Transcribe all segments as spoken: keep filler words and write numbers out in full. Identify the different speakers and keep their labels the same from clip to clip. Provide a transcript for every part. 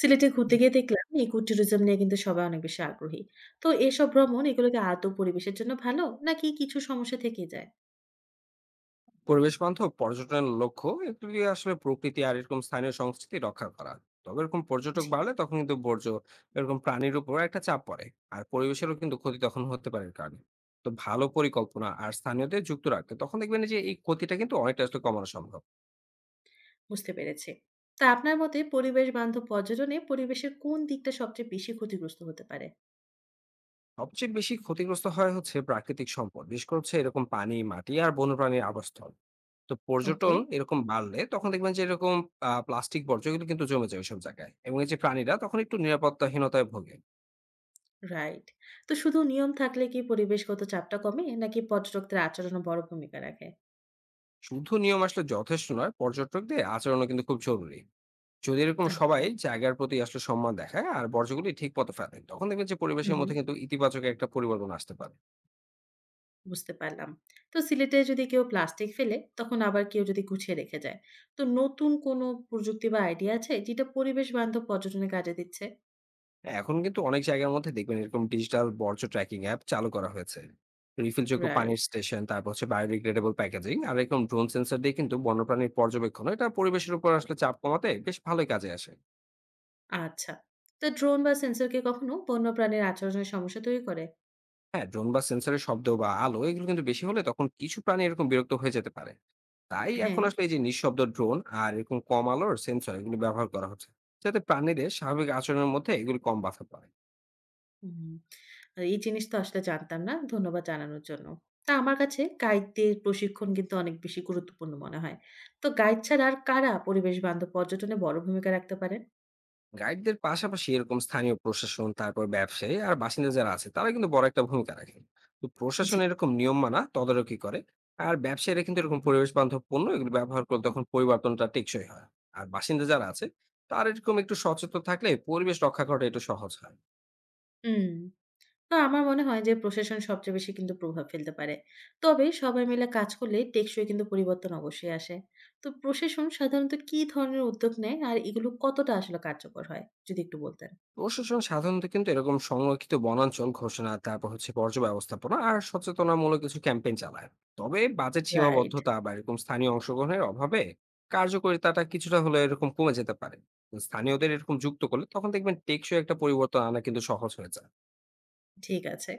Speaker 1: সিলেটে ঘুরতে গিয়ে দেখলাম ইকো ট্যুরিজম নিয়ে কিন্তু সবাই অনেক বেশি আগ্রহী। তো এসব ভ্রমণ এগুলো কি আদৌ পরিবেশের জন্য ভালো নাকি কিছু সমস্যা থেকে যায়?
Speaker 2: পরিবেশ বান্ধব পর্যটনের লক্ষ্য এগুলি আসলে প্রকৃতি আর এরকম স্থানীয় সংস্কৃতি রক্ষা করা। তবে এরকম পর্যটক
Speaker 1: জি,
Speaker 2: বাড়লে তখন কিন্তু বর্জ্য এরকম প্রাণীর উপর একটা চাপ পড়ে। আর পরিবেশেরও কিন্তু ক্ষতি তখন হতে পারে এর কারণে। তো ভালো পরিকল্পনা আর স্থানীয়দের যুক্ত রাখতে তখন দেখবেন যে এই ক্ষতিটা কিন্তু অনেকটা আসলে কমানো সম্ভব।
Speaker 1: বুঝতে পেরেছি। তা আপনার মতে পরিবেশ বান্ধব পর্যটনে পরিবেশের কোন দিকটা সবচেয়ে বেশি ক্ষতিগ্রস্ত হতে পারে?
Speaker 2: সবচেয়ে বেশি ক্ষতিগ্রস্ত হয় হচ্ছে প্রাকৃতিক সম্পদ, বিশেষ করে হচ্ছে এরকম পানি, মাটি আর বন্যপ্রাণীর আবাসস্থল। তো
Speaker 1: ওকে,
Speaker 2: পর্যটন এরকম বাড়লে তখন দেখবেন যে এরকম প্লাস্টিক বর্জ্য এগুলো কিন্তু জমে যায় ওইসব জায়গায়, এবং এই যে প্রাণীরা তখন একটু নিরাপত্তাহীনতায় ভোগে।
Speaker 1: রাইট। তো শুধু নিয়ম থাকলে কি পরিবেশগত চাপটা কমে নাকি পর্যটকদের আচরণও বড় ভূমিকা রাখে?
Speaker 2: শুধু নিয়ম আসলে যথেষ্ট নয়, পর্যটকদের আচরণও কিন্তু খুব জরুরি। যদি এরকম সবাই
Speaker 1: আচ্ছা,
Speaker 2: জায়গার প্রতি আসলে সম্মান দেখায় আর বর্জ্যগুলি ঠিক পথে ফেলে, তখন দেখবেন যে
Speaker 1: হুম,
Speaker 2: পরিবেশের
Speaker 1: হুম।
Speaker 2: মধ্যে কিন্তু ইতিবাচক একটা পরিবর্তন আসতে পারে।
Speaker 1: বুঝতে পারলাম। তো সিলেটে যদি কেউ প্লাস্টিক ফেলে, তখন আবার কেউ যদি গুছিয়ে রেখে যায়। তো নতুন কোনো প্রযুক্তি বা আইডিয়া আছে যেটা পরিবেশ বান্ধব পর্যটনে কাজে দিচ্ছে?
Speaker 2: এখন কিন্তু অনেক জায়গার মধ্যে দেখবেন এরকম ডিজিটাল বর্জ্য ট্র্যাকিং অ্যাপ চালু করা হয়েছে। রিফিলযোগ্য
Speaker 1: রাইট।
Speaker 2: পানির স্টেশন, তারপর হচ্ছে বায়োডিগ্রেডেবল প্যাকেজিং আর এরকম ড্রোন সেন্সর দিয়ে কিন্তু বন্যপ্রাণীর পর্যবেক্ষণ, এটা পরিবেশের উপর আসলে চাপ কমাতে বেশ ভালোই কাজে আসে।
Speaker 1: আচ্ছা। তো ড্রোন বা সেন্সর কি কখনো বন্যপ্রাণীর আচরণের সমস্যা তৈরি করে?
Speaker 2: হ্যাঁ, ড্রোন বা সেন্সরের শব্দ বা আলো এগুলো কিন্তু বেশি হলে তখন কিছু প্রাণী এরকম বিরক্ত হয়ে যেতে পারে। তাই
Speaker 1: হ্যাঁ।
Speaker 2: এখন আসলে এই যে নিঃশব্দ ড্রোন আর এরকম কম আলোর সেন্সর এগুলো ব্যবহার করা হচ্ছে। যাতে প্রাণীদের স্বাভাবিক আচরণের মধ্যে এগুলো কম বাধা পড়ে।
Speaker 1: হুম। আর এই জিনিস তো আসলে জানতাম না। ধন্যবাদ জানানোর জন্য। তা আমার কাছে গাইডদের প্রশিক্ষণ কিন্তু অনেক বেশি গুরুত্বপূর্ণ মনে হয়। তো গাইড ছাড়া আর কারা পরিবেশ বান্ধব পর্যটনে বড় ভূমিকা রাখতে পারেন?
Speaker 2: গাইডদের পাশাপাশি এরকম স্থানীয় প্রশাসন, তারপর ব্যবসায়ী আর বাসিন্দা যারা আছে তারা কিন্তু বড় একটা ভূমিকা রাখে। তো
Speaker 1: জি।
Speaker 2: প্রশাসন এরকম নিয়ম মানা তদারকি করে। আর ব্যবসায়ীরা কিন্তু এরকম পরিবেশ বান্ধব পণ্য এগুলো ব্যবহার করলে তখন পরিবর্তনটা টেকসই হয়। আর বাসিন্দা যারা আছে তারা এরকম একটু সচেতন থাকলে পরিবেশ রক্ষা করাটা একটু সহজ হয়।
Speaker 1: হুম। না, আমার মনে হয় যে প্রশাসন সবচেয়ে বেশি কিন্তু প্রভাব ফেলতে পারে। তবে সবাই মিলে কাজ করলে টেকসই কিন্তু পরিবর্তন অবশ্যই আসে। তো প্রশাসন সাধারণত কি ধরনের উদ্যোগ নেয় আর এগুলো কতটা আসলে কার্যকর হয়? যদি একটু বলতেন।
Speaker 2: প্রশাসন সাধারণত কিন্তু এরকম সংরক্ষিত বনাঞ্চল ঘোষণা, তারপর হচ্ছে বর্জ্য ব্যবস্থাপনা আর সচেতনামূলক কিছু ক্যাম্পেইন চালায়। তবে বাজেট
Speaker 1: রাইট,
Speaker 2: সীমাবদ্ধতা বা এরকম স্থানীয় অংশগ্রহণের অভাবে কার্যকারিতাটা কিছুটা হলে এরকম কমে যেতে পারে। তো স্থানীয়দের এরকম যুক্ত করলে তখন দেখবেন টেকসই একটা পরিবর্তন আনা কিন্তু সহজ হয়ে যায়।
Speaker 1: ঠিক আছে।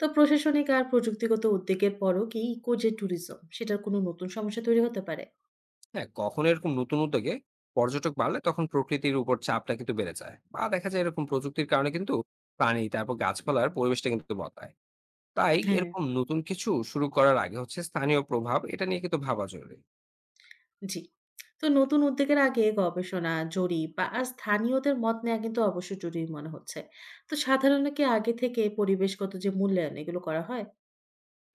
Speaker 1: তো প্রশাসনিক আর প্রযুক্তিগত উদ্যোগের পরও কি ইকো যে ট্যুরিজম সেটার কোনো নতুন সমস্যা তৈরি হতে পারে?
Speaker 2: হ্যাঁ, কখনো এরকম নতুন উদ্যোগে পর্যটক বাড়লে তখন প্রকৃতির উপর চাপটা কিন্তু বেড়ে যায়, বা দেখা যায় এরকম প্রযুক্তির কারণে কিন্তু প্রাণী তারপর গাছপালার পরিবেশটা কিন্তু বদলায়। তাই
Speaker 1: হ্যাঁ।
Speaker 2: এরকম নতুন কিছু শুরু করার আগে হচ্ছে স্থানীয় প্রভাব এটা নিয়ে কিন্তু ভাবা জরুরি।
Speaker 1: জি। তো নতুন উদ্যোগের আগে গবেষণা, জরিপ বা আর স্থানীয়দের মত নেওয়া কিন্তু অবশ্যই জরুরি মনে হচ্ছে। তো সাধারণত কি আগে থেকে পরিবেশগত যে মূল্যায়ন এগুলো করা হয়?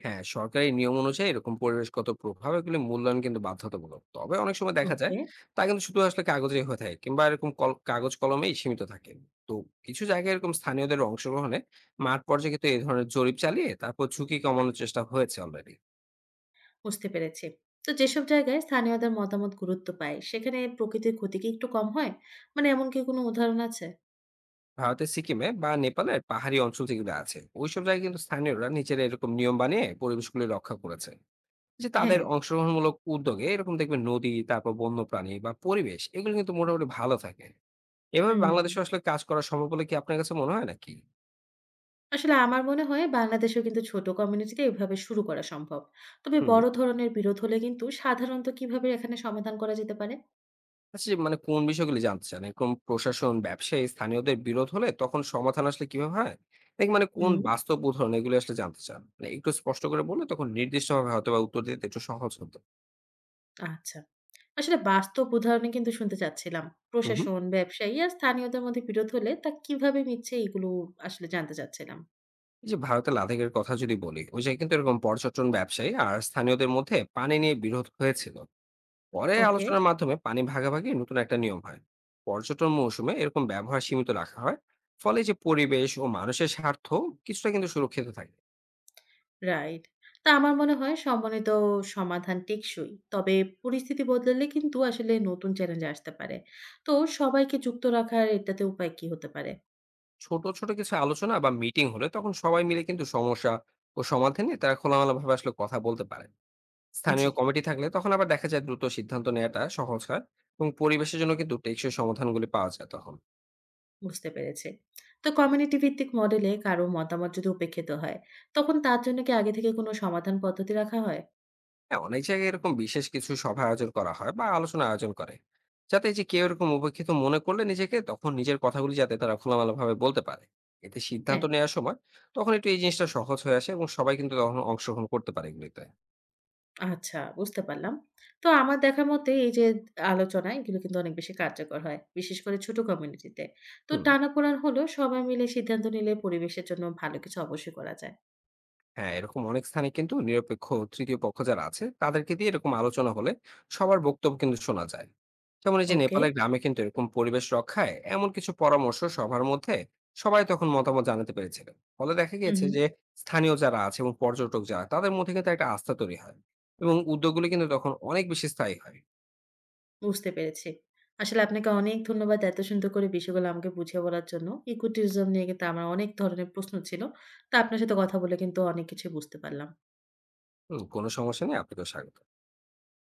Speaker 2: হ্যাঁ, সরকারি নিয়ম অনুযায়ী এরকম পরিবেশগত প্রভাব এগুলি মূল্যায়ন কিন্তু বাধ্যতামূলক, তবে অনেক সময় দেখা যায়
Speaker 1: ওকে,
Speaker 2: তা কিন্তু শুধু আসলে কাগজে হয়ে থাকে, কিংবা এরকম কল- কাগজ কলমেই সীমিত থাকে। তো কিছু জায়গায় এরকম স্থানীয়দের অংশগ্রহণে মাঠ পর্যায়ে কিন্তু এই ধরনের জরিপ চালিয়ে তারপর ঝুঁকি কমানোর চেষ্টা হয়েছে অলরেডি।
Speaker 1: বুঝতে পেরেছি। তো যেসব জায়গায় স্থানীয়দের মতামত গুরুত্ব পায় সেখানে প্রকৃতির ক্ষতি কি একটু কম হয়? মানে এমন কি কোনো উদাহরণ আছে?
Speaker 2: ভারতের সিকিমে বা নেপালের পাহাড়ি অঞ্চল যেগুলো আছে ওইসব জায়গায় কিন্তু স্থানীয়রা নিজেরা এরকম নিয়ম বানিয়ে পরিবেশগুলি রক্ষা করেছে। যে
Speaker 1: হ্যাঁ,
Speaker 2: তাদের অংশগ্রহণমূলক উদ্যোগে এরকম দেখবেন নদী, তারপর বন্যপ্রাণী বা পরিবেশ এগুলো কিন্তু মোটামুটি ভালো থাকে। এভাবে
Speaker 1: হুম।
Speaker 2: বাংলাদেশে আসলে কাজ করা সম্ভব বলে কি আপনার কাছে মনে হয় নাকি?
Speaker 1: আসলে আমার মনে হয় বাংলাদেশেও কিন্তু ছোট কমিউনিটিতে এভাবে শুরু করা সম্ভব। তবে
Speaker 2: হুম।
Speaker 1: বড় ধরনের বিরোধ হলে কিন্তু সাধারণত কিভাবে এখানে সমাধান করা যেতে পারে?
Speaker 2: আচ্ছা, যে মানে কোন বিষয়গুলি জানতে চান? এরকম প্রশাসন, ব্যবসায়ী, স্থানীয়দের বিরোধ হলে তখন সমাধান আসলে কিভাবে হয়? নাকি মানে কোন
Speaker 1: হুম,
Speaker 2: বাস্তব উদাহরণ এগুলো আসলে জানতে চান? মানে একটু স্পষ্ট করে বললে তখন নির্দিষ্টভাবে হয়তোবা উত্তর দিতে একটু সহজ হতো।
Speaker 1: আচ্ছা। আসলে বাস্তব উদাহরণে কিন্তু শুনতে চাচ্ছিলাম।
Speaker 2: হুম, হুম।
Speaker 1: প্রশাসন, ব্যবসায়ী আর স্থানীয়দের মধ্যে বিরোধ হলে তা কিভাবে মিটছে এগুলো আসলে জানতে চাচ্ছিলাম।
Speaker 2: এই যে ভারতের লাদাখের কথা যদি বলি, ওই জায়গায় কিন্তু এরকম পর্যটন ব্যবসায়ী আর স্থানীয়দের মধ্যে পানি নিয়ে বিরোধ হয়েছিল। পরে
Speaker 1: ওকে,
Speaker 2: আলোচনার মাধ্যমে পানি ভাগাভাগি নতুন একটা নিয়ম হয়। পর্যটন মৌসুমে এরকম ব্যবহার সীমিত রাখা হয়। ফলে যে পরিবেশ ও মানুষের স্বার্থ কিছুটা কিন্তু সুরক্ষিত থাকে।
Speaker 1: রাইট। তা আমার মনে হয় সমন্বিত সমাধান টেকসই। তবে পরিস্থিতি বদলালে কিন্তু আসলে নতুন চ্যালেঞ্জ আসতে পারে। তো সবাইকে যুক্ত রাখার এটাতে উপায় কি হতে পারে?
Speaker 2: ছোট ছোট কিছু আলোচনা বা মিটিং হলে তখন সবাই মিলে কিন্তু সমস্যা ও সমাধানে তারা খোলামেলা ভাবে আসলে কথা বলতে পারে।
Speaker 1: জি,
Speaker 2: স্থানীয় কমিটি থাকলে তখন আবার দেখা যায় দ্রুত সিদ্ধান্ত নেওয়াটা সহজ হয়, এবং পরিবেশের জন্য কিন্তু টেকসই সমাধানগুলি পাওয়া যায় তখন।
Speaker 1: বুঝতে পেরেছি। তো কমিউনিটি ভিত্তিক মডেলে কারো মতামত যদি উপেক্ষিত হয়, তখন তার জন্য কি আগে থেকে কোনো সমাধান পদ্ধতি রাখা হয়?
Speaker 2: হ্যাঁ, অনেক জায়গায় এরকম বিশেষ কিছু সভা আয়োজন করা হয় বা আলোচনা আয়োজন করে, যাতে এই যে কেউ এরকম উপেক্ষিত মনে করলে নিজেকে তখন নিজের কথাগুলি যাতে তারা খোলামেলা ভাবে বলতে পারে। এতে
Speaker 1: হ্যাঁ।
Speaker 2: সিদ্ধান্ত নেওয়ার সময় তখন একটু এই জিনিসটা সহজ হয়ে আসে, এবং সবাই কিন্তু তখন অংশগ্রহণ করতে পারে এগুলিতে।
Speaker 1: আচ্ছা, বুঝতে পারলাম। তো আমার দেখা মতে এই যে আলোচনা এগুলো কিন্তু অনেক বেশি কার্যকর হয়। বিশেষ করে ছোট কমিউনিটিতে। তো
Speaker 2: হুম।
Speaker 1: টানাপোড়েন হলেও সবাই মিলে সিদ্ধান্ত নিলে পরিবেশের জন্য ভালো কিছু অবশ্যই করা যায়।
Speaker 2: হ্যাঁ, এরকম অনেক স্থানে কিন্তু নিরপেক্ষ তৃতীয় পক্ষ যারা আছে তাদেরকে দিয়ে এরকম আলোচনা হলে সবার বক্তব্য কিন্তু শোনা যায়। যেমন এই যে
Speaker 1: ওকে।
Speaker 2: নেপালের গ্রামে কিন্তু এরকম পরিবেশ রক্ষায় এমন কিছু পরামর্শ সবার মধ্যে সবাই তখন মতামত জানাতে পেরেছিলেন। ফলে দেখা
Speaker 1: হুম,
Speaker 2: গিয়েছে
Speaker 1: হুম।
Speaker 2: যে স্থানীয় যারা আছে এবং পর্যটক যারা, তাদের মধ্যে কিন্তু একটা আস্থা তৈরি হয়, এবং উদ্যোগগুলি কিন্তু তখন অনেক বেশি স্থায়ী হয়।
Speaker 1: বুঝতে পেরেছি। আসলে আপনাকে অনেক ধন্যবাদ এত সুন্দর করে বিষয়গুলো আমাকে বুঝিয়ে বলার জন্য। ইকো টুরিজম নিয়ে কিন্তু আমার অনেক ধরনের প্রশ্ন ছিল। তো আপনার সাথে কথা বলে কিন্তু অনেক কিছু বুঝতে পারলাম।
Speaker 2: হম, কোনো সমস্যা নেই, আপনাকেও স্বাগত।